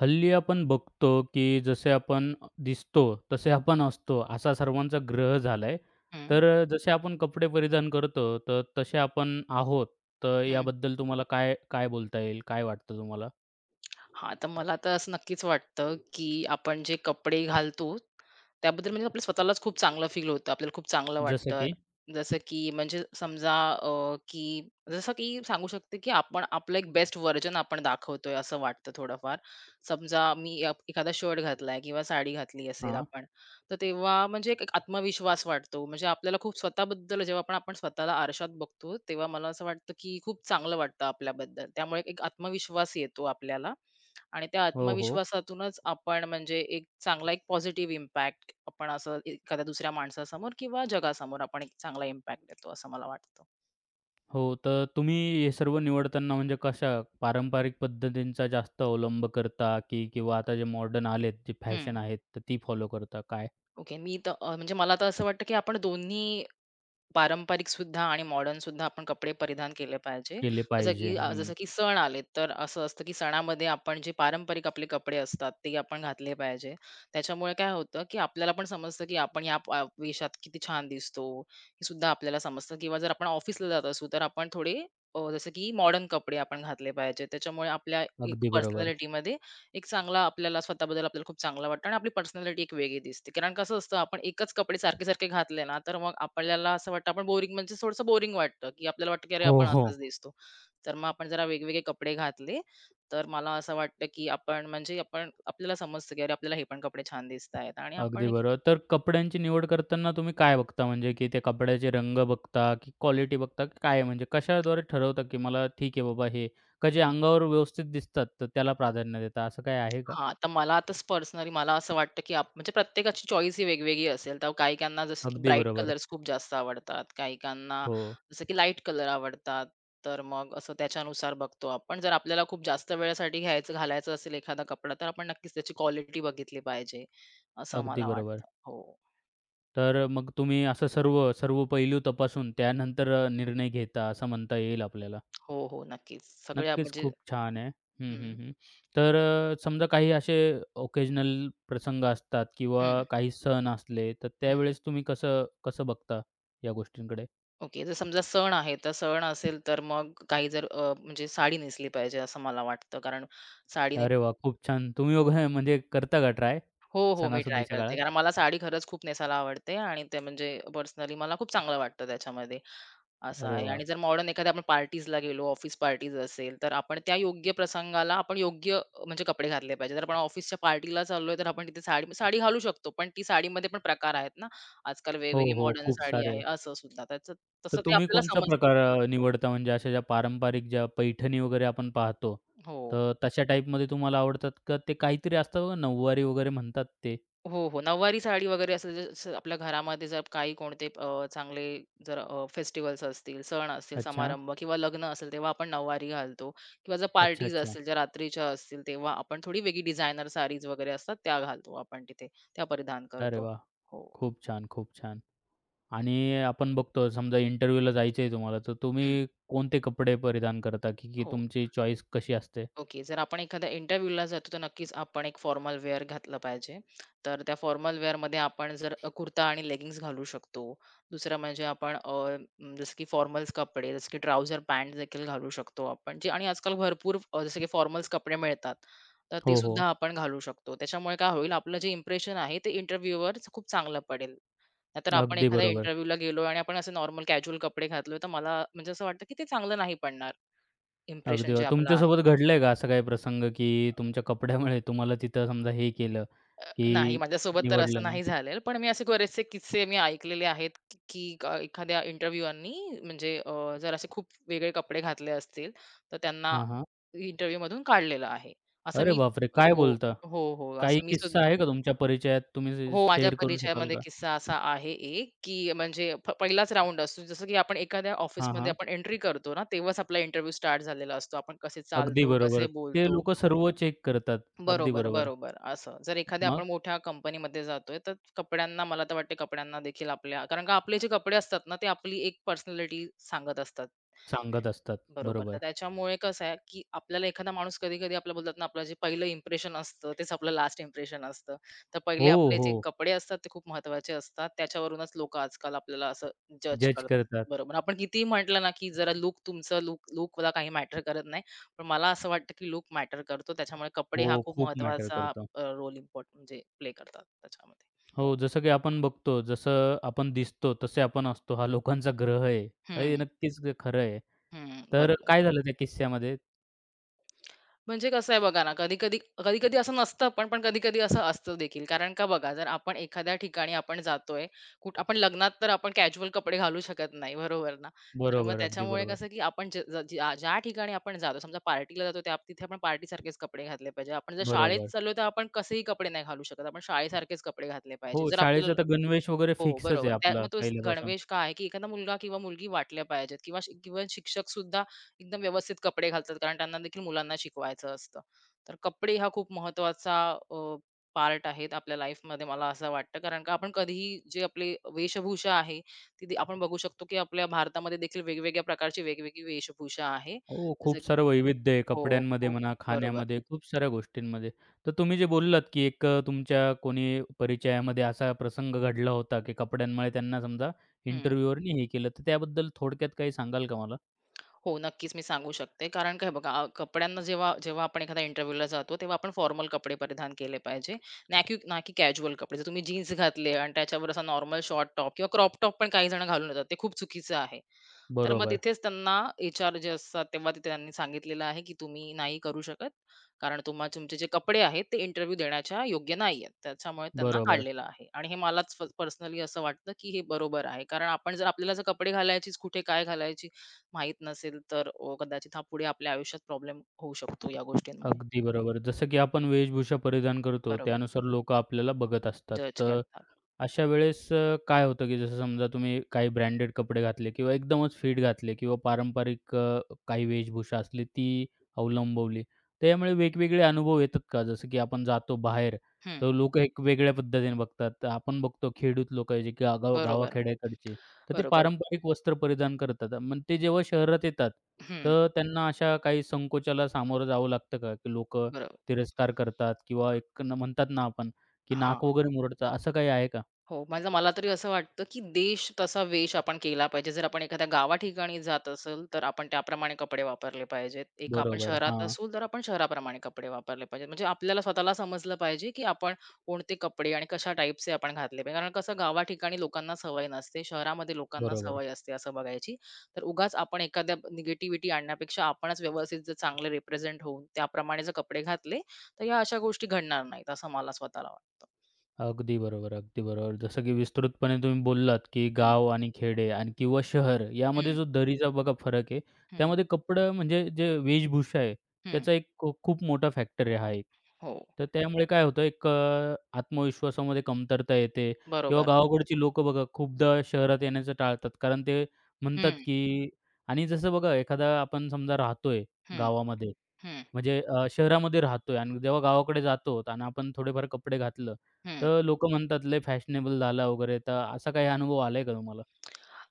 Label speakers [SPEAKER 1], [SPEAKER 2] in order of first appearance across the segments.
[SPEAKER 1] हल्ली आपण बघतो, की जसे आपण दिसतो, तसे आपण असतो, असा सर्वांचा ग्रह झालाय.
[SPEAKER 2] हं,
[SPEAKER 1] तर जसे आपण कपडे परिधान करतो, तर तसे आपण आहोत. तर
[SPEAKER 2] हं,
[SPEAKER 1] याबद्दल तुम्हाला काय काय बोलता येईल? काय वाटतं तुम्हाला?
[SPEAKER 2] हा, तर मला तर असं नक्कीच वाटतं, की आपण जे कपडे घालतो, त्याबद्दल म्हणजे आपल्या स्वतःलाच खूप चांगलं फील होतं. आपल्याला खूप चांगलं
[SPEAKER 1] जसं
[SPEAKER 2] वाटतं.
[SPEAKER 1] की
[SPEAKER 2] जसं की म्हणजे समजा की जसं की सांगू शकते, की आपण आपलं एक बेस्ट व्हर्जन आपण दाखवतोय असं वाटतं थोडंफार. समजा मी एखादा शर्ट घातलाय किंवा साडी घातली असेल
[SPEAKER 1] हां.
[SPEAKER 2] आपण, तर तेव्हा म्हणजे एक एक आत्मविश्वास वाटतो. म्हणजे आपल्याला खूप स्वतःबद्दल जेव्हा पण आपण स्वतःला आरशात बघतो, तेव्हा मला असं वाटतं, की खूप चांगलं वाटतं आपल्याबद्दल. त्यामुळे एक आत्मविश्वास येतो आपल्याला. आणि त्या
[SPEAKER 1] हो, हो.
[SPEAKER 2] आत्मविश्वासातूनच आपण म्हणजे एक चांगला एक पॉझिटिव्ह इम्पॅक्ट आपण असं एखाद्या दुसऱ्या माणसासमोर किंवा जगासमोर आपण एक चांगला इम्पॅक्ट देतो असं मला वाटतं.
[SPEAKER 1] हो, तर तुम्ही हे सर्व निवडताना म्हणजे कशा पारंपरिक पद्धतींचा जास्त अवलंब करता, की किंवा आता जे मॉडर्न आलेत, जे फॅशन
[SPEAKER 2] हं.
[SPEAKER 1] आहेत, तर ती फॉलो करता? काय
[SPEAKER 2] ओके. मी तर म्हणजे मला तर असं वाटतं, की आपण दोन्ही पारंपरिक सुद्धा आणि मॉडर्न सुद्धा आपण कपडे परिधान केले पाहिजे.
[SPEAKER 1] केले
[SPEAKER 2] जसं
[SPEAKER 1] पाहिजे?
[SPEAKER 2] की अ,
[SPEAKER 1] हं.
[SPEAKER 2] जसं की सण आले, तर असं असतं की सणामध्ये आपण जे पारंपरिक आपले कपडे असतात, ते आपण घातले पाहिजे. त्याच्यामुळे काय होतं, की आपल्याला पण समजतं, की आपण या वेशात किती छान दिसतो, हे सुद्धा आपल्याला समजतं किंवा जर आपण ऑफिसला जात असू, तर आपण थोडे जसं की मॉडर्न कपडे आपण घातले पाहिजे. त्याच्यामुळे आपल्या एक
[SPEAKER 1] अगदी बरोबर.
[SPEAKER 2] पर्सनॅलिटीमध्ये एक चांगला आपल्याला स्वतःबद्दल आपल्याला खूप चांगला वाटतं आणि आपली पर्सनॅलिटी एक वेगळी दिसते. कारण कसं असतं आपण एकच कपडे सारखे-सारखे घातले ना, तर मग आपल्याला असं वाटतं आपण बोरिंग म्हणजे थोडंसं बोरिंग वाटतं, की आपल्याला वाटतं की अरे
[SPEAKER 1] हो,
[SPEAKER 2] आपण
[SPEAKER 1] हो.
[SPEAKER 2] असंच दिसतो. तर मग आपण जरा वेगवेगळे कपडे घातले, तर मला असं वाटतं की आपण म्हणजे आपण आपल्याला समजतं की अरे आपल्याला हे पण कपडे छान दिसतायत आणि आपण
[SPEAKER 1] अगदी
[SPEAKER 2] एक.
[SPEAKER 1] बरोबर. तर कपड्यांची निवड करताना तुम्ही काय बघता? म्हणजे की ते कपड्याचे रंग बघता, की क्वालिटी बघता, की काय म्हणजे कशाद्वारे ठरवता, की मला ठीक आहे बाबा हे का जे अंगावर व्यवस्थित दिसतात, तर त्याला प्राधान्य देता, असं काय आहे का?
[SPEAKER 2] हां, तर मला आता पर्सनली मला असं वाटतं, की म्हणजे प्रत्येकाची चॉईस ही वेगवेगळी असेल. तर काही-काहींना जसं की
[SPEAKER 1] अगदी
[SPEAKER 2] ब्राईट
[SPEAKER 1] बरोबर.
[SPEAKER 2] कलर्स खूप जास्त आवडतात. काही-काहींना
[SPEAKER 1] हो,
[SPEAKER 2] जसं की लाईट कलर आवडतात. तर मग असं त्याच्यानुसार बघतो आपण. जर आपल्याला खूप जास्त वेळेसाठी घ्यायचं घालायचं असेल एखादा कपडा, तर आपण नक्कीच त्याची क्वालिटी बघितली पाहिजे, असं
[SPEAKER 1] अगदी
[SPEAKER 2] मला
[SPEAKER 1] बरोबर.
[SPEAKER 2] वाटतं. हो.
[SPEAKER 1] तर मग तुम्ही असं सर्व, सर्व पैलू तपासून त्यानंतर निर्णय घेता, असं म्हणता येईल आपल्याला.
[SPEAKER 2] हो, हो, नक्कीच. सगळ्या
[SPEAKER 1] नक्कीच,
[SPEAKER 2] म्हणजे.
[SPEAKER 1] खूप छान आहे. हं, हं,
[SPEAKER 2] हं,
[SPEAKER 1] हं. तर समजा काही असे ओकेजनल प्रसंग असतात किंवा
[SPEAKER 2] हं,
[SPEAKER 1] काही सण असले, तर
[SPEAKER 2] हं.
[SPEAKER 1] त्यावेळेस तुम्ही कसं कसं बघता या गोष्टींकडे?
[SPEAKER 2] ओके. जर समजा सण आहे, तर सण असेल तर मग काही जर म्हणजे साडी नेसली पाहिजे असं मला वाटतं. कारण साडी.
[SPEAKER 1] अरे वाह! खूप छान. तुम्ही वगैरे म्हणजे करता का ट्राय
[SPEAKER 2] हो, हो. मी ट्राय
[SPEAKER 1] सणासुदीच्या
[SPEAKER 2] करते.
[SPEAKER 1] काळात?
[SPEAKER 2] कारण मला साडी खरंच खूप नेसायला आवडते आणि ते म्हणजे पर्सनली मला खूप चांगलं वाटतं त्याच्यामध्ये, असं
[SPEAKER 1] अरे
[SPEAKER 2] आहे.
[SPEAKER 1] वाह!
[SPEAKER 2] आणि जर मॉडर्न एखाद्या आपण पार्टीजला गेलो, ऑफिस पार्टीज असेल, तर आपण त्या योग्य प्रसंगाला आपण योग्य म्हणजे कपडे घातले पाहिजे. जर आपण ऑफिसच्या पार्टीला चाललोय, तर आपण तिथे साडी साडी घालू शकतो. पण ती साडीमध्ये पण प्रकार आहेत ना, आजकाल
[SPEAKER 1] हो,
[SPEAKER 2] वेगवेगळी
[SPEAKER 1] हो,
[SPEAKER 2] मॉडर्न
[SPEAKER 1] खूप
[SPEAKER 2] साडी
[SPEAKER 1] सारे.
[SPEAKER 2] आहे, असं सुद्धा. त्याचं
[SPEAKER 1] तर
[SPEAKER 2] तसं ते
[SPEAKER 1] तुम्ही
[SPEAKER 2] आपल्याला
[SPEAKER 1] कोणचा
[SPEAKER 2] समजतं.
[SPEAKER 1] प्रकार निवडता म्हणजे अशा ज्या पारंपरिक ज्या पैठणी वगैरे आपण पाहतो,
[SPEAKER 2] हो.
[SPEAKER 1] तर तशा टाईपमध्ये तुम्हाला आवडतात का ते काहीतरी असतं बघा नऊवारी वगैरे म्हणतात ते?
[SPEAKER 2] हो, हो. नऊवारी साडी वगैरे असं जसं आपल्या घरामध्ये जर काही कोणते चांगले जर फेस्टिव्हल्स असतील, सण असतील,
[SPEAKER 1] अच्छा.
[SPEAKER 2] समारंभ किंवा लग्न असेल तेव्हा आपण नऊवारी घालतो किंवा जर
[SPEAKER 1] अच्छा,
[SPEAKER 2] पार्टीज
[SPEAKER 1] अच्छा.
[SPEAKER 2] असतील, ज्या रात्रीच्या असतील तेव्हा आपण थोडी वेगळी डिझायनर साडीज वगैरे असतात त्या घालतो आपण तिथे, त्या परिधान
[SPEAKER 1] अरे
[SPEAKER 2] करतो.
[SPEAKER 1] वाह!
[SPEAKER 2] हो.
[SPEAKER 1] खूप छान, खूप छान. आणि आपण बघतो समजा इंटरव्ह्यूला जायचं आहे तुम्हाला, तर
[SPEAKER 2] हं.
[SPEAKER 1] तुम्ही कोणते कपडे परिधान करता, की की
[SPEAKER 2] हो.
[SPEAKER 1] तुमची चॉईस कशी असते?
[SPEAKER 2] ओके. जर आपण एखाद्या इंटरव्ह्यूला जातो, तर नक्कीच आपण एक फॉर्मल वेअर घातलं पाहिजे. तर त्या फॉर्मल वेअरमध्ये आपण जर कुर्ता आणि लेगिंग्स घालू शकतो. दुसरं म्हणजे आपण जसं की फॉर्मल्स कपडे, जसं की ट्राउझर पॅन्ट देखील घालू शकतो आपण. जे आणि आजकाल भरपूर जसं की फॉर्मल्स कपडे मिळतात. तर ते
[SPEAKER 1] हो,
[SPEAKER 2] सुद्धा
[SPEAKER 1] हो.
[SPEAKER 2] आपण घालू शकतो. त्याच्यामुळे काय होईल, आपलं जे इम्प्रेशन आहे ते इंटरव्ह्यूवर खूप चांगलं पडेल. नाहीतर आपण
[SPEAKER 1] अगदी
[SPEAKER 2] एखाद्या
[SPEAKER 1] बरोबर.
[SPEAKER 2] इंटरव्ह्यूला गेलो आणि आपण असे नॉर्मल कॅज्युअल कपडे घातले, तर मला म्हणजे असं वाटतं, की ते चांगलं नाही पडणार,
[SPEAKER 1] अगदी
[SPEAKER 2] इम्प्रेशन जे
[SPEAKER 1] बरोबर.
[SPEAKER 2] आपलं.
[SPEAKER 1] तुमच्यासोबत घडलंय का असा काही प्रसंग, की तुमच्या कपड्यामुळे तुम्हाला तिथं समजा हे केलं,
[SPEAKER 2] नाही,
[SPEAKER 1] की
[SPEAKER 2] माझ्यासोबत तर असं
[SPEAKER 1] निवडलं नाही?
[SPEAKER 2] नाही झालेलं. पण मी असे बरेचसे किस्से मी ऐकलेले आहेत, की एखाद्या इंटरव्ह्यूअरनी म्हणजे जर असे खूप वेगळे कपडे घातले असतील, तर त्यांना
[SPEAKER 1] हां, हां.
[SPEAKER 2] इंटरव्ह्यूमधून काढलेलं आहे. असं
[SPEAKER 1] अरे
[SPEAKER 2] मी.
[SPEAKER 1] बापरे! काय
[SPEAKER 2] हो,
[SPEAKER 1] बोलता?
[SPEAKER 2] हो, हो.
[SPEAKER 1] काही
[SPEAKER 2] असं मी
[SPEAKER 1] किस्सा आहे का तुमच्या परिचयात तुम्ही
[SPEAKER 2] हो, माझ्या
[SPEAKER 1] शेअर करू शकाल
[SPEAKER 2] परिचयामध्ये
[SPEAKER 1] का?
[SPEAKER 2] किस्सा असा आहे एक, की म्हणजे पहिलाच राउंड असतो. जसं की आपण एखाद्या
[SPEAKER 1] हां,
[SPEAKER 2] ऑफिसमध्ये
[SPEAKER 1] हां.
[SPEAKER 2] आपण एंट्री करतो ना, तेव्हाच आपला इंटरव्ह्यू स्टार्ट झालेला असतो. आपण कसे
[SPEAKER 1] अगदी
[SPEAKER 2] चालतो, कसे
[SPEAKER 1] बरोबर. ते
[SPEAKER 2] बोलतो.
[SPEAKER 1] लोकं सर्व चेक करतात. अगदी
[SPEAKER 2] बरोबर,
[SPEAKER 1] बरोबर.
[SPEAKER 2] बरोबर. असं जर एखाद्या
[SPEAKER 1] मग
[SPEAKER 2] आपण मोठ्या कंपनीमध्ये जातोय, तर कपड्यांना मला तर वाटते कपड्यांना देखील आपल्या कारण का आपले जे कपडे असतात ना, ते आपली एक पर्सनॅलिटी सांगत असतात.
[SPEAKER 1] सांगत असतात.
[SPEAKER 2] बरोबर. तर
[SPEAKER 1] बरोबर.
[SPEAKER 2] त्याच्यामुळे कसं आहे, की आपल्याला एखादा माणूस कधी-कधी आपल्याला बोलतात ना, आपलं जे पहिलं इम्प्रेशन असतं, तेच आपलं लास्ट इम्प्रेशन असतं. तर पहिले
[SPEAKER 1] हो,
[SPEAKER 2] आपले जे
[SPEAKER 1] हो.
[SPEAKER 2] कपडे असतात, ते खूप महत्त्वाचे असतात. त्याच्यावरूनच लोकं आजकाल आपल्याला असं जज
[SPEAKER 1] जज
[SPEAKER 2] करतात.
[SPEAKER 1] करतात.
[SPEAKER 2] बरोबर. आपण कितीही म्हटलं ना, की जरा लूक तुमचं लूकला काही मॅटर करत नाही. पण मला असं वाटतं, की लूक मॅटर करतो. त्याच्यामुळे कपडे
[SPEAKER 1] हो,
[SPEAKER 2] हा खूप
[SPEAKER 1] खूप मॅटर
[SPEAKER 2] महत्त्वाचा
[SPEAKER 1] करतं.
[SPEAKER 2] रोल इम्पॉर्ट म्हणजे प्ले करतात त्याच्यामध्ये.
[SPEAKER 1] हो, जसं की आपण बघतो, जसं आपण दिसतो, तसे आपण असतो. हा लोकांचा ग्रह आहे.
[SPEAKER 2] हं,
[SPEAKER 1] हे नक्कीच खरं आहे.
[SPEAKER 2] हं.
[SPEAKER 1] तर
[SPEAKER 2] बरोबर.
[SPEAKER 1] काय झालं त्या किस्स्यामध्ये?
[SPEAKER 2] म्हणजे कसं आहे बघा ना, कधी-कधी असं नसतं पण कधी-कधी असं असतं देखील. कारण का बघा, जर आपण एखाद्या ठिकाणी आपण जातोय, कुठं आपण लग्नात तर आपण कॅज्युअल कपडे घालू शकत नाही, बरोबर ना? तर मग
[SPEAKER 1] बरोबर, अगदी
[SPEAKER 2] त्याच्यामुळे
[SPEAKER 1] बरोबर.
[SPEAKER 2] कसं, की आपण ज ज ज्या ज्या ठिकाणी आपण जातो, समजा पार्टीला जातो, त्या तिथे आपण पार्टीसारखेच कपडे घातले पाहिजे. आपण जर शाळेत
[SPEAKER 1] बरोबर.
[SPEAKER 2] चाललो, तर आपण कसेही कपडे नाही घालू शकत. आपण शाळेसारखेच कपडे घातले
[SPEAKER 1] हो,
[SPEAKER 2] पाहिजे. जर
[SPEAKER 1] शाळेचा
[SPEAKER 2] आपल्याला.
[SPEAKER 1] तर गणवेश वगैरे
[SPEAKER 2] हो,
[SPEAKER 1] फिक्सच आहे
[SPEAKER 2] बरोबर. त्या
[SPEAKER 1] आपला
[SPEAKER 2] मग तोच
[SPEAKER 1] पहिल्यापासून.
[SPEAKER 2] गणवेश काय आहे, की एखादा मुलगा किंवा मुलगी वाटल्या पाहिजेत किंवा शि किंवा शिक्षक सुद्धा एकदम व्यवस्थित कपडे घालतात, कारण त्यांना देखील मुलांना शिकवायचं असतं. तर कपडे हा खूप महत्त्वाचा अ, पार्ट आहेत आपल्या लाईफमध्ये मला असं वाटतं. कारण का आपण कधीही जे आपली वेशभूषा आहे, आपण बघू शकतो, की आपल्या भारतामध्ये देखील वेगवेगळ्या प्रकारची वेगवेगळी वेशभूषा आहे.
[SPEAKER 1] हो,
[SPEAKER 2] जसं
[SPEAKER 1] खूप
[SPEAKER 2] की.
[SPEAKER 1] सारं वैविध्य आहे
[SPEAKER 2] हो,
[SPEAKER 1] कपड्यांमध्ये
[SPEAKER 2] खूप.
[SPEAKER 1] म्हणा,
[SPEAKER 2] बरोबर.
[SPEAKER 1] खाण्यामध्ये, खूप साऱ्या गोष्टींमध्ये. तर तुम्ही जे बोललात, की एक तुमच्या कोणी परिचयामध्ये असा प्रसंग घडला होता, की कपड्यांमुळे त्यांना समजा
[SPEAKER 2] हं.
[SPEAKER 1] इंटरव्ह्यूवरनी हे केलं. तर त्याबद्दल थोडक्यात काही सांगाल का मला?
[SPEAKER 2] हो, नक्कीच मी सांगू शकते. कारण काय बघा, कपड्यांना जेव्हा जेव्हा आपण एखाद्या इंटरव्ह्यूला जातो, तेव्हा आपण फॉर्मल कपडे परिधान केले पाहिजे. ना की कॅज्युअल कपडे. जर तुम्ही जीन्स घातले आणि त्याच्यावर असा नॉर्मल शॉर्ट टॉप किंवा क्रॉप टॉप पण काही जण घालून येतात, ते खूप चुकीचं आहे. तर मग
[SPEAKER 1] बरोबर,
[SPEAKER 2] तिथेच त्यांना एचआर जे असतात तेव्हा तिथे त्यांनी सांगितलेलं आहे, की तुम्ही नाही करू शकत. कारण तुमचे जे कपडे आहेत ते इंटरव्ह्यू देण्याच्या योग्य नाहीयेत. त्याच्यामुळे त्यांना
[SPEAKER 1] बरोबर.
[SPEAKER 2] काढलेलं आहे. आणि हे मलाच पर्सनली असं वाटतं, की हे बरोबर आहे. कारण आपण जर आपल्याला जर कपडे घालायचीच, कुठे काय घालायची माहीत नसेल, तर कदाचित हा पुढे आपल्या आयुष्यात प्रॉब्लेम होऊ शकतो या गोष्टींमुळे.
[SPEAKER 1] अगदी बरोबर. जसं की आपण वेशभूषा परिधान करतो,
[SPEAKER 2] बरोबर.
[SPEAKER 1] त्यानुसार लोकं आपल्याला बघत असतात.
[SPEAKER 2] जज
[SPEAKER 1] तर
[SPEAKER 2] करतात.
[SPEAKER 1] अशा वेळेस काय होतं, की जसं समजा तुम्ही काही ब्रँडेड कपडे घातले किंवा एकदमच फिट घातले किंवा पारंपरिक काही वेशभूषा असली ती अवलंबवली. तर यामुळे वेगवेगळे अनुभव येतात का? जसं की आपण जातो बाहेर,
[SPEAKER 2] हं.
[SPEAKER 1] तर लोकं एक वेगळ्या पद्धतीने बघतात. तर आपण बघतो खेडूत लोकं जे गावा
[SPEAKER 2] बरोबर,
[SPEAKER 1] गावाखेड्याकडचे तर ते
[SPEAKER 2] बरोबर.
[SPEAKER 1] पारंपरिक वस्त्र परिधान करतात. मग ते जेव्हा शहरात येतात,
[SPEAKER 2] हं.
[SPEAKER 1] तर त्यांना अशा काही संकोचाला सामोरं जावं लागतं का? की लोक
[SPEAKER 2] बरोबर.
[SPEAKER 1] तिरस्कार करतात किंवा एक न म्हणतात ना आपण, की
[SPEAKER 2] हां.
[SPEAKER 1] नाक वगैरे मुरडतं असं काही आहे का?
[SPEAKER 2] हो, मला तरी असं वाटतं, की देश तसा वेश आपण केला पाहिजे. जर आपण एखाद्या गावा ठिकाणी जात असेल, तर आपण त्याप्रमाणे कपडे वापरले पाहिजेत. एक आपण
[SPEAKER 1] बरोबर.
[SPEAKER 2] शहरात
[SPEAKER 1] हां,
[SPEAKER 2] असू, तर आपण शहराप्रमाणे कपडे वापरले पाहिजेत. म्हणजे आपल्याला स्वतःला समजलं पाहिजे, की आपण कोणते कपडे आणि कशा टाईपचे आपण घातले पाहिजे. कारण कसं गावा ठिकाणी लोकांना सवय नसते, शहरामध्ये लोकांना
[SPEAKER 1] बरोबर.
[SPEAKER 2] सवय असते असं बघायची. तर उगाच आपण एखाद्या निगेटिव्हिटी आणण्यापेक्षा आपणच व्यवस्थित जर चांगले रिप्रेझेंट होऊन त्याप्रमाणे जर कपडे घातले, तर या अशा गोष्टी घडणार नाहीत, असं मला स्वतःला वाटतं.
[SPEAKER 1] अगदी बरोबर, अगदी बरोबर. जसं की विस्तृतपणे तुम्ही बोललात, की
[SPEAKER 2] हं,
[SPEAKER 1] गाव आणि खेडे आणि किंवा शहर यामध्ये
[SPEAKER 2] हं,
[SPEAKER 1] जो दरीचा बघा फरक आहे,
[SPEAKER 2] हं,
[SPEAKER 1] त्यामध्ये कपडं म्हणजे जे वेशभूषा आहे,
[SPEAKER 2] हं.
[SPEAKER 1] त्याचा एक खूप मोठा फॅक्टर आहे हा एक.
[SPEAKER 2] हो,
[SPEAKER 1] तर त्यामुळे काय होतं एक आत्मविश्वासामध्ये कमतरता येते किंवा
[SPEAKER 2] बरोबर.
[SPEAKER 1] गावाकडची लोकं बघा खूपदा शहरात येण्याचं टाळतात. कारण ते म्हणतात,
[SPEAKER 2] हं,
[SPEAKER 1] की आणि जसं बघा एखादा आपण समजा राहतोय
[SPEAKER 2] हं,
[SPEAKER 1] गावामध्ये
[SPEAKER 2] हं,
[SPEAKER 1] म्हणजे शहरामध्ये राहतोय आणि जेव्हा गावाकडे जातो आणि आपण थोडेफार कपडे घातलं,
[SPEAKER 2] हं.
[SPEAKER 1] तर लोकं म्हणतात लय फॅशनेबल झाला वगैरे. तर असा काही अनुभव आलाय का तुम्हाला?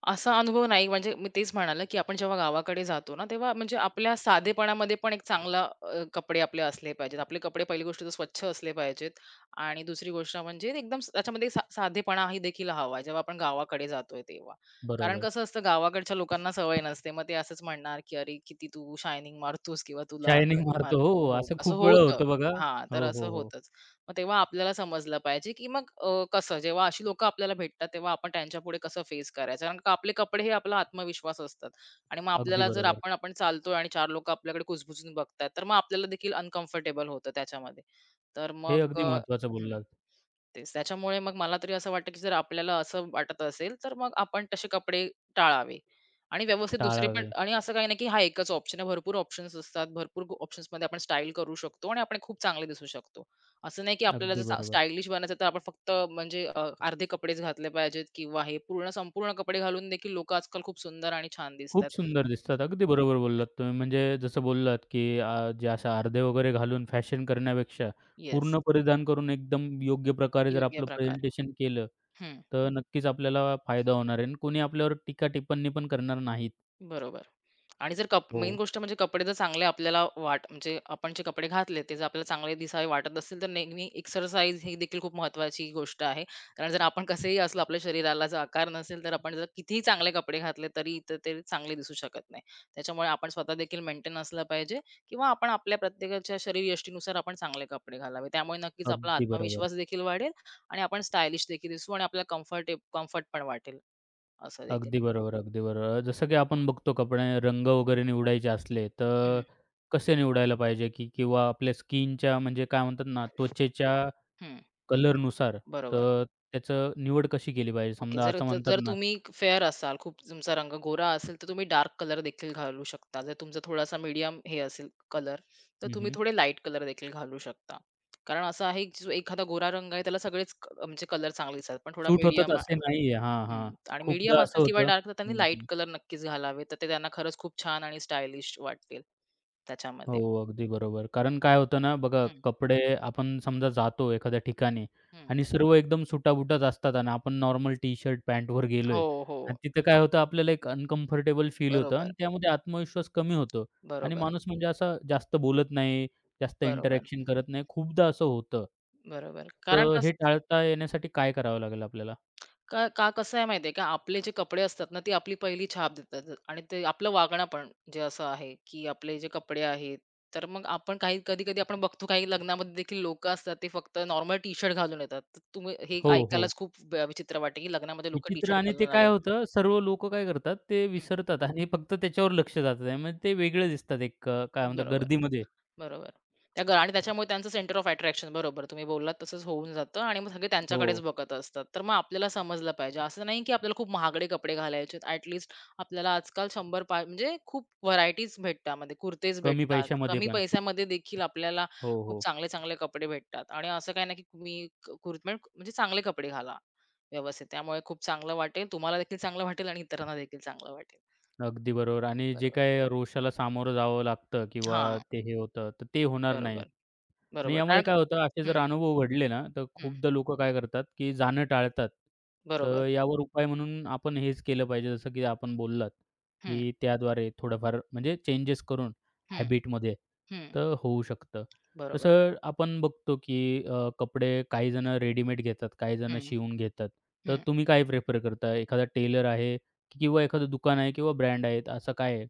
[SPEAKER 2] असा अनुभव नाही म्हणजे मी तेच म्हणाले, की आपण जेव्हा गावाकडे जातो ना, तेव्हा म्हणजे आपल्या साधेपणामध्ये पण एक चांगला कपडे आपले असले पाहिजेत. आपले कपडे पहिली गोष्ट तर स्वच्छ असले पाहिजेत आणि दुसरी गोष्ट म्हणजे एकदम त्याच्यामध्ये साधेपणाही देखील हवा जेव्हा आपण गावाकडे जातोय तेव्हा. कारण
[SPEAKER 1] बरोबर.
[SPEAKER 2] कसं असतं गावाकडच्या लोकांना सवय नसते. मग ते असंच म्हणणार, की "अरे, किती तू शायनिंग मारतोस किंवा तुला असं
[SPEAKER 1] शायनिंग मारतो.
[SPEAKER 2] मारतो."
[SPEAKER 1] हो,
[SPEAKER 2] हो,
[SPEAKER 1] असं
[SPEAKER 2] असं
[SPEAKER 1] खूप वेळा
[SPEAKER 2] होतं.
[SPEAKER 1] होतं बघा.
[SPEAKER 2] हां, तर
[SPEAKER 1] हो,
[SPEAKER 2] असं
[SPEAKER 1] हो, हो.
[SPEAKER 2] होतं. मग तेव्हा आपल्याला समजलं पाहिजे, की मग कसं जेव्हा अशी लोकं आपल्याला भेटतात, तेव्हा आपण त्यांच्यापुढे कसं फेस करायचं. कारण का आपले कपडे हे आपला आत्मविश्वास असतात आणि मग
[SPEAKER 1] अगदी
[SPEAKER 2] आपल्याला जर
[SPEAKER 1] बरोबर.
[SPEAKER 2] आपण आपण चालतोय आणि 4 लोकं आपल्याकडे कुजबुजून बघतायत, तर मग आपल्याला देखील अनकम्फर्टेबल होतं त्याच्यामध्ये. तर
[SPEAKER 1] हे
[SPEAKER 2] मग
[SPEAKER 1] अगदी महत्त्वाचं
[SPEAKER 2] हं.
[SPEAKER 1] बोललात.
[SPEAKER 2] तेच. त्याच्यामुळे मग मला तरी असं वाटतं, की जर आपल्याला असं वाटत असेल, तर मग आपण तसे कपडे टाळावे आणि व्यवस्थित दुसरे पण
[SPEAKER 1] टाळावे.
[SPEAKER 2] आणि असं काही नाही, की हा एकच ऑप्शन आहे. भरपूर ऑप्शन्स असतात. भरपूर ऑप्शन्समध्ये आपण स्टाईल करू शकतो आणि आपण खूप चांगले दिसू शकतो. असं नाही, की आपल्याला जर
[SPEAKER 1] अगदी बरोबर.
[SPEAKER 2] बनायचं तर आपण फक्त म्हणजे अर्धे कपडेच घातले पाहिजेत किंवा हे पूर्ण संपूर्ण कपडे घालून देखील लोकं आजकाल खूप सुंदर आणि छान
[SPEAKER 1] खूप
[SPEAKER 2] दिसतात.
[SPEAKER 1] सुंदर दिसतात. अगदी बरोबर बोललात तुम्ही. म्हणजे जसं बोललात, की जे अशा अर्धे वगैरे घालून फॅशन करण्यापेक्षा
[SPEAKER 2] येस.
[SPEAKER 1] पूर्ण परिधान करून एकदम योग्य प्रकारे जर
[SPEAKER 2] योग्य
[SPEAKER 1] आपलं
[SPEAKER 2] प्रकारे.
[SPEAKER 1] प्रेझेंटेशन केलं,
[SPEAKER 2] हं.
[SPEAKER 1] तर नक्कीच आपल्याला फायदा होणार आहे आणि कोणी आपल्यावर टीका-टिप्पणी पण करणार नाहीत.
[SPEAKER 2] बरोबर. आणि जर
[SPEAKER 1] हो.
[SPEAKER 2] मेन गोष्ट म्हणजे कपडे जर चांगले आपल्याला वाट म्हणजे आपण जे कपडे घातले ते जर आपल्याला चांगले दिसावे वाटत असतील तर नेहमी एक्सरसाइज ही देखील खूप महत्वाची गोष्ट आहे. कारण जर आपण कसेही असलो आपल्या शरीराला जर आकार नसेल तर आपण जर कितीही चांगले कपडे घातले तरी तर ते चांगले दिसू शकत नाही. त्याच्यामुळे आपण स्वतः देखील मेंटेन असलं पाहिजे किंवा आपण आपल्या प्रत्येकाच्या शरीरयष्टीनुसार आपण चांगले कपडे घालावे. त्यामुळे नक्कीच आपला
[SPEAKER 1] अगदी बरोबर.
[SPEAKER 2] आत्मविश्वास देखील वाढेल आणि आपण स्टायलिश देखील दिसू आणि आपल्याला कम्फर्ट पण वाटेल असं देखील.
[SPEAKER 1] अगदी बरोबर, अगदी बरोबर. जसं की आपण बघतो कपडे रंग वगैरे निवडायचे असले, तर
[SPEAKER 2] हं,
[SPEAKER 1] कसे निवडायला पाहिजे, की किंवा आपल्या स्किनच्या म्हणजे काय म्हणतात ना त्वचेच्या
[SPEAKER 2] हं.
[SPEAKER 1] कलरनुसार,
[SPEAKER 2] बरोबर.
[SPEAKER 1] तर त्याचं निवड कशी केली पाहिजे?
[SPEAKER 2] ओके.
[SPEAKER 1] समजा
[SPEAKER 2] जर
[SPEAKER 1] असं
[SPEAKER 2] जर
[SPEAKER 1] म्हणतात
[SPEAKER 2] जर
[SPEAKER 1] ना
[SPEAKER 2] तुम्ही फेअर असाल, खूप तुमचा रंग गोरा असेल, तर तुम्ही डार्क कलर देखील घालू शकता. जर तुमचा थोडासा मीडियम हे असेल कलर, तर
[SPEAKER 1] हं,
[SPEAKER 2] तुम्ही
[SPEAKER 1] हं.
[SPEAKER 2] थोडे लाईट कलर देखील घालू शकता. कारण असा आहे, की जो एखादा गोरा रंग आहे, त्याला सगळेच क- म्हणजे कलर चांगले दिसतात. पण थोडा
[SPEAKER 1] सूट होतात
[SPEAKER 2] मीडियम
[SPEAKER 1] असे नाहीये. हां, हां.
[SPEAKER 2] आणि मीडियम
[SPEAKER 1] खूपदा
[SPEAKER 2] असेल
[SPEAKER 1] असं
[SPEAKER 2] किंवा
[SPEAKER 1] होतं
[SPEAKER 2] डार्क, तर त्यांनी
[SPEAKER 1] हं,
[SPEAKER 2] लाईट
[SPEAKER 1] हं.
[SPEAKER 2] कलर नक्कीच घालावे. तर ते त्यांना खरंच खूप छान आणि स्टायलिश वाटतील
[SPEAKER 1] हो,
[SPEAKER 2] त्याच्यामध्ये.
[SPEAKER 1] अगदी बरोबर. कारण काय होतं ना, बघा
[SPEAKER 2] हं,
[SPEAKER 1] कपडे आपण समजा जातो एखाद्या ठिकाणी
[SPEAKER 2] हं.
[SPEAKER 1] आणि सर्व एकदम सुटाबुटाच असतात आणि आपण नॉर्मल टी-शर्ट, पॅन्टवर गेलोय
[SPEAKER 2] हो,
[SPEAKER 1] आणि
[SPEAKER 2] हो.
[SPEAKER 1] तिथं काय होतं आपल्याला एक अनकम्फर्टेबल फील होतं
[SPEAKER 2] बरोबर,
[SPEAKER 1] आणि त्यामध्ये आत्मविश्वास कमी होतो आणि
[SPEAKER 2] बरोबर,
[SPEAKER 1] माणूस म्हणजे असा जास्त बोलत नाही, जास्त
[SPEAKER 2] बरोबर,
[SPEAKER 1] इंटरॅक्शन करत नाही. खूपदा असं होतं.
[SPEAKER 2] बरोबर. कारण
[SPEAKER 1] तर हे
[SPEAKER 2] कसं
[SPEAKER 1] टाळता येण्यासाठी काय करावं लागेल आपल्याला?
[SPEAKER 2] का का कसं आहे माहिती का, आपले जे कपडे असतात ना, ती आपली पहिली छाप देतात आणि ते आपलं वागणं पण जे असं आहे, की आपले जे कपडे आहेत, तर मग आपण काही कधी-कधी आपण बघतो काही लग्नामध्ये देखील लोकं असतात, ते फक्त नॉर्मल टी-शर्ट घालून येतात. तर तुम्ही हे
[SPEAKER 1] हो, हो.
[SPEAKER 2] ऐकायलाच खूप विचित्र वाटेल, की लग्नामध्ये लोकं
[SPEAKER 1] विचित्र
[SPEAKER 2] टी-शर्ट
[SPEAKER 1] आणि ते
[SPEAKER 2] घालून
[SPEAKER 1] काय
[SPEAKER 2] आलेत.
[SPEAKER 1] होतं, सर्व लोकं काय करतात, ते विसरतात आणि फक्त त्याच्यावर लक्ष जातं. त्यामुळे ते वेगळे दिसतात एक काय म्हणतात
[SPEAKER 2] बरोबर.
[SPEAKER 1] गर्दीमध्ये.
[SPEAKER 2] बरोबर. त्या ग आणि त्याच्यामुळे त्यांचं सेंटर ऑफ अट्रॅक्शन बरोबर तुम्ही बोललात तसंच होऊन जातं आणि मग सगळे त्यांच्याकडेच
[SPEAKER 1] हो,
[SPEAKER 2] बघत असतात. तर मग आपल्याला समजलं पाहिजे. असं नाही की आपल्याला खूप महागडे कपडे घालायचे आहेत. ॲट लीस्ट आपल्याला आजकाल 100 म्हणजे खूप व्हरायटीज भेटतात म्हणजे कुर्तेज
[SPEAKER 1] कमी
[SPEAKER 2] भेटतात.
[SPEAKER 1] पैशामध्ये
[SPEAKER 2] कमी
[SPEAKER 1] पण.
[SPEAKER 2] पैशामध्ये देखील आपल्याला
[SPEAKER 1] हो,
[SPEAKER 2] खूप
[SPEAKER 1] हो.
[SPEAKER 2] चांगले-चांगले कपडे भेटतात आणि असं काही नाही की तुम्ही कुर्त म्हणजे म्हणजे चांगले कपडे घाला व्यवस्थित. त्यामुळे खूप चांगलं वाटेल. तुम्हाला देखील चांगलं वाटेल आणि इतरांना देखील चांगलं वाटेल.
[SPEAKER 1] अगदी बरोबर आणि जे
[SPEAKER 2] बरोबर.
[SPEAKER 1] काही रोषाला सामोरं जावं लागतं किंवा
[SPEAKER 2] हां.
[SPEAKER 1] ते हे होतं, तर ते होणार नाही.
[SPEAKER 2] बरोबर,
[SPEAKER 1] आणि
[SPEAKER 2] बरोबर.
[SPEAKER 1] यामुळे
[SPEAKER 2] कारण.
[SPEAKER 1] काय होतं, असे जर
[SPEAKER 2] हं,
[SPEAKER 1] अनुभव घडले ना, तर
[SPEAKER 2] हं.
[SPEAKER 1] खूपदा लोकं काय करतात, की जाणं टाळतात.
[SPEAKER 2] बरोबर.
[SPEAKER 1] तर यावर उपाय म्हणून आपण हेच केलं पाहिजे, जसं की आपण बोललात,
[SPEAKER 2] हं.
[SPEAKER 1] की त्याद्वारे थोडंफार म्हणजे चेंजेस करून
[SPEAKER 2] हं,
[SPEAKER 1] हॅबिटमध्ये,
[SPEAKER 2] हं.
[SPEAKER 1] तर होऊ शकतं.
[SPEAKER 2] बरोबर.
[SPEAKER 1] तसं आपण बघतो, की कपडे काही जण रेडीमेड घेतात, काही जण
[SPEAKER 2] हं,
[SPEAKER 1] शिवून घेतात. तर
[SPEAKER 2] हं.
[SPEAKER 1] तुम्ही काय प्रिफर करता? एखादा टेलर आहे किंवा एखादं दुकान आहे किंवा ब्रँड आहेत, असं काय आहे?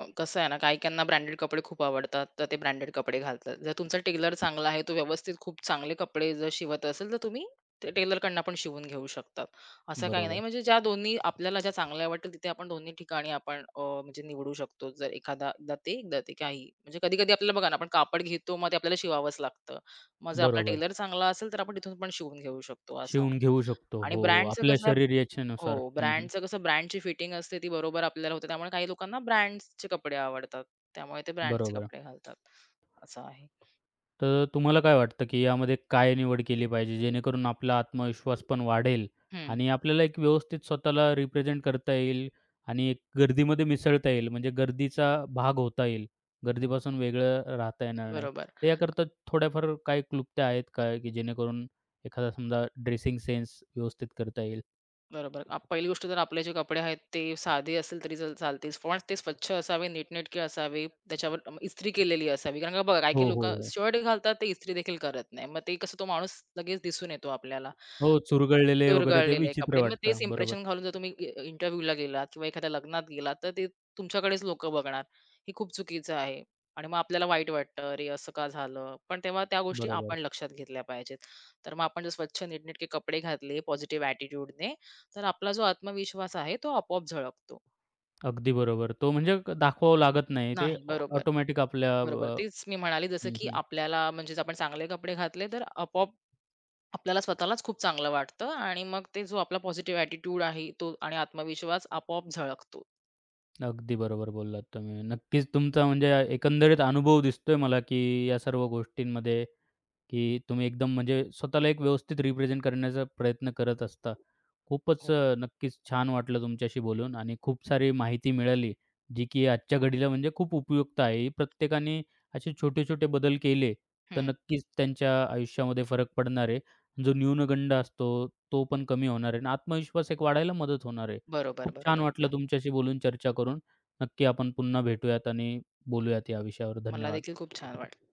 [SPEAKER 2] कसं आहे ना, काही-काहींना ब्रँडेड कपडे खूप आवडतात, तर ते ब्रँडेड कपडे घालतात. जर तुमचा टेलर चांगला आहे, तो व्यवस्थित खूप चांगले कपडे जर शिवत असेल, तर तुम्ही ते टेलरकडनं पण शिवून घेऊ शकतात. असं काही नाही,
[SPEAKER 1] बरोबर,
[SPEAKER 2] म्हणजे ज्या दोन्ही आपल्याला ज्या चांगल्या वाटेल, तिथे आपण दोन्ही ठिकाणी आपण म्हणजे निवडू शकतो. जर एखादा एकदा ते, एकदा ते काही. म्हणजे कधी-कधी आपल्याला बघा ना, आपण कापड घेतो, मग ते आपल्याला शिवावंच लागतं. मग जर आपला
[SPEAKER 1] बरोबर.
[SPEAKER 2] टेलर चांगला असेल, तर आपण तिथून पण शिवून घेऊ शकतो, असं आहे.
[SPEAKER 1] शिवून घेऊ शकतो.
[SPEAKER 2] आणि
[SPEAKER 1] हो, हो.
[SPEAKER 2] ब्रँडचं
[SPEAKER 1] आपल्या
[SPEAKER 2] कसं आहे.
[SPEAKER 1] शरीर इच्छेनुसार.
[SPEAKER 2] हो,
[SPEAKER 1] हं, हं.
[SPEAKER 2] ब्रँडचं कसं ब्रँडची फिटिंग असते ती बरोबर आपल्याला होते. त्यामुळे काही लोकांना ब्रँड्सचे कपडे आवडतात. त्यामुळे ते ब्रँड्सचे
[SPEAKER 1] बरोबर.
[SPEAKER 2] कपडे घालतात. असं आहे.
[SPEAKER 1] तर तुम्हाला काय वाटतं, की यामध्ये काय निवड केली पाहिजे जेणेकरून आपला आत्मविश्वास पण वाढेल
[SPEAKER 2] हं.
[SPEAKER 1] आणि आपल्याला एक व्यवस्थित स्वतःला रिप्रेझेंट करता येईल आणि एक गर्दीमध्ये मिसळता येईल म्हणजे गर्दीचा भाग होता येईल. गर्दीपासून वेगळं राहता येणार नाही.
[SPEAKER 2] बरोबर,
[SPEAKER 1] तर याकरता थोड्याफार काही क्लुप्त्या आहेत काय, की जेणेकरून एखादा समजा ड्रेसिंग सेन्स व्यवस्थित करता येईल?
[SPEAKER 2] बरोबर. पहिली गोष्ट तर आपले जे कपडे आहेत ते साधे असेल तरी चालतील. पण ते स्वच्छ असावे, नीटनेटके असावे. त्याच्यावर इस्त्री केलेली असावी. कारण का बघा काही-काही
[SPEAKER 1] हो, हो,
[SPEAKER 2] लोकं
[SPEAKER 1] हो.
[SPEAKER 2] शर्ट घालतात ते इस्त्री देखील करत नाही. मग ते कसं तो माणूस लगेच दिसून येतो आपल्याला.
[SPEAKER 1] हो, चुरगळलेले वगैरे ते
[SPEAKER 2] चुरगळलेले
[SPEAKER 1] विचित्र
[SPEAKER 2] कपडे. मग
[SPEAKER 1] वाटतं.
[SPEAKER 2] तेच
[SPEAKER 1] बरोबर,
[SPEAKER 2] इम्प्रेशन घालून जर तुम्ही इंटरव्ह्यूला गेलात किंवा एखाद्या लग्नात गेलात, तर ते तुमच्याकडेच लोकं बघणार. हे खूप चुकीचं आहे. आणि मग आपल्याला वाईट वाटतं, "अरे, असं का झालं?" पण तेव्हा त्या गोष्टी आपण
[SPEAKER 1] बरोबर.
[SPEAKER 2] लक्षात घेतल्या पाहिजेत. तर मग आपण जर स्वच्छ नीटनेटके कपडे घातले पॉझिटिव्ह ॲटिट्यूडने, तर आपला जो आत्मविश्वास आहे तो आपोआप झळकतो.
[SPEAKER 1] अगदी बरोबर. तो म्हणजे दाखवावं लागत नाही. ते
[SPEAKER 2] नाही, बरोबर.
[SPEAKER 1] ऑटोमॅटिक आपल्या
[SPEAKER 2] बरोबर. तेच मी म्हणाले जसं
[SPEAKER 1] हं,
[SPEAKER 2] की
[SPEAKER 1] हं.
[SPEAKER 2] आपल्याला म्हणजे जर आपण चांगले कपडे घातले, तर आपोआप आपल्याला स्वतःलाच खूप चांगलं वाटतं आणि मग ते जो आपला पॉझिटिव्ह ॲटिट्यूड आहे तो आणि आत्मविश्वास आपोआप झळकतो.
[SPEAKER 1] अगदी बरोबर बोललात तुम्ही. नक्कीच तुमचा म्हणजे एकंदरीत अनुभव दिसतोय मला, की या सर्व गोष्टींमध्ये की तुम्ही एकदम म्हणजे स्वतःला एक व्यवस्थित रिप्रेझेंट करण्याचा प्रयत्न करत असता. खूपच
[SPEAKER 2] हो.
[SPEAKER 1] नक्कीच छान वाटलं तुमच्याशी बोलून आणि खूप सारी माहिती मिळाली, जी की आजच्या घडीला म्हणजे खूप उपयुक्त आहे. प्रत्येकाने असे छोटे-छोटे बदल केले, तर
[SPEAKER 2] हं.
[SPEAKER 1] नक्कीच त्यांच्या आयुष्यामध्ये फरक पडणार आहे. जो न्यूनगंड असतो, तो पण कमी होणार आहे आणि आत्मविश्वास एक वाढायला मदत होणार आहे.
[SPEAKER 2] बरोबर,
[SPEAKER 1] खूप छान
[SPEAKER 2] बरोबर.
[SPEAKER 1] वाटलं तुमच्याशी बोलून, चर्चा करून. नक्की आपण पुन्हा भेटूयात आणि बोलूयात या विषयावर.
[SPEAKER 2] मला
[SPEAKER 1] धन्यवाद.
[SPEAKER 2] देखील खूप छान वाटलं.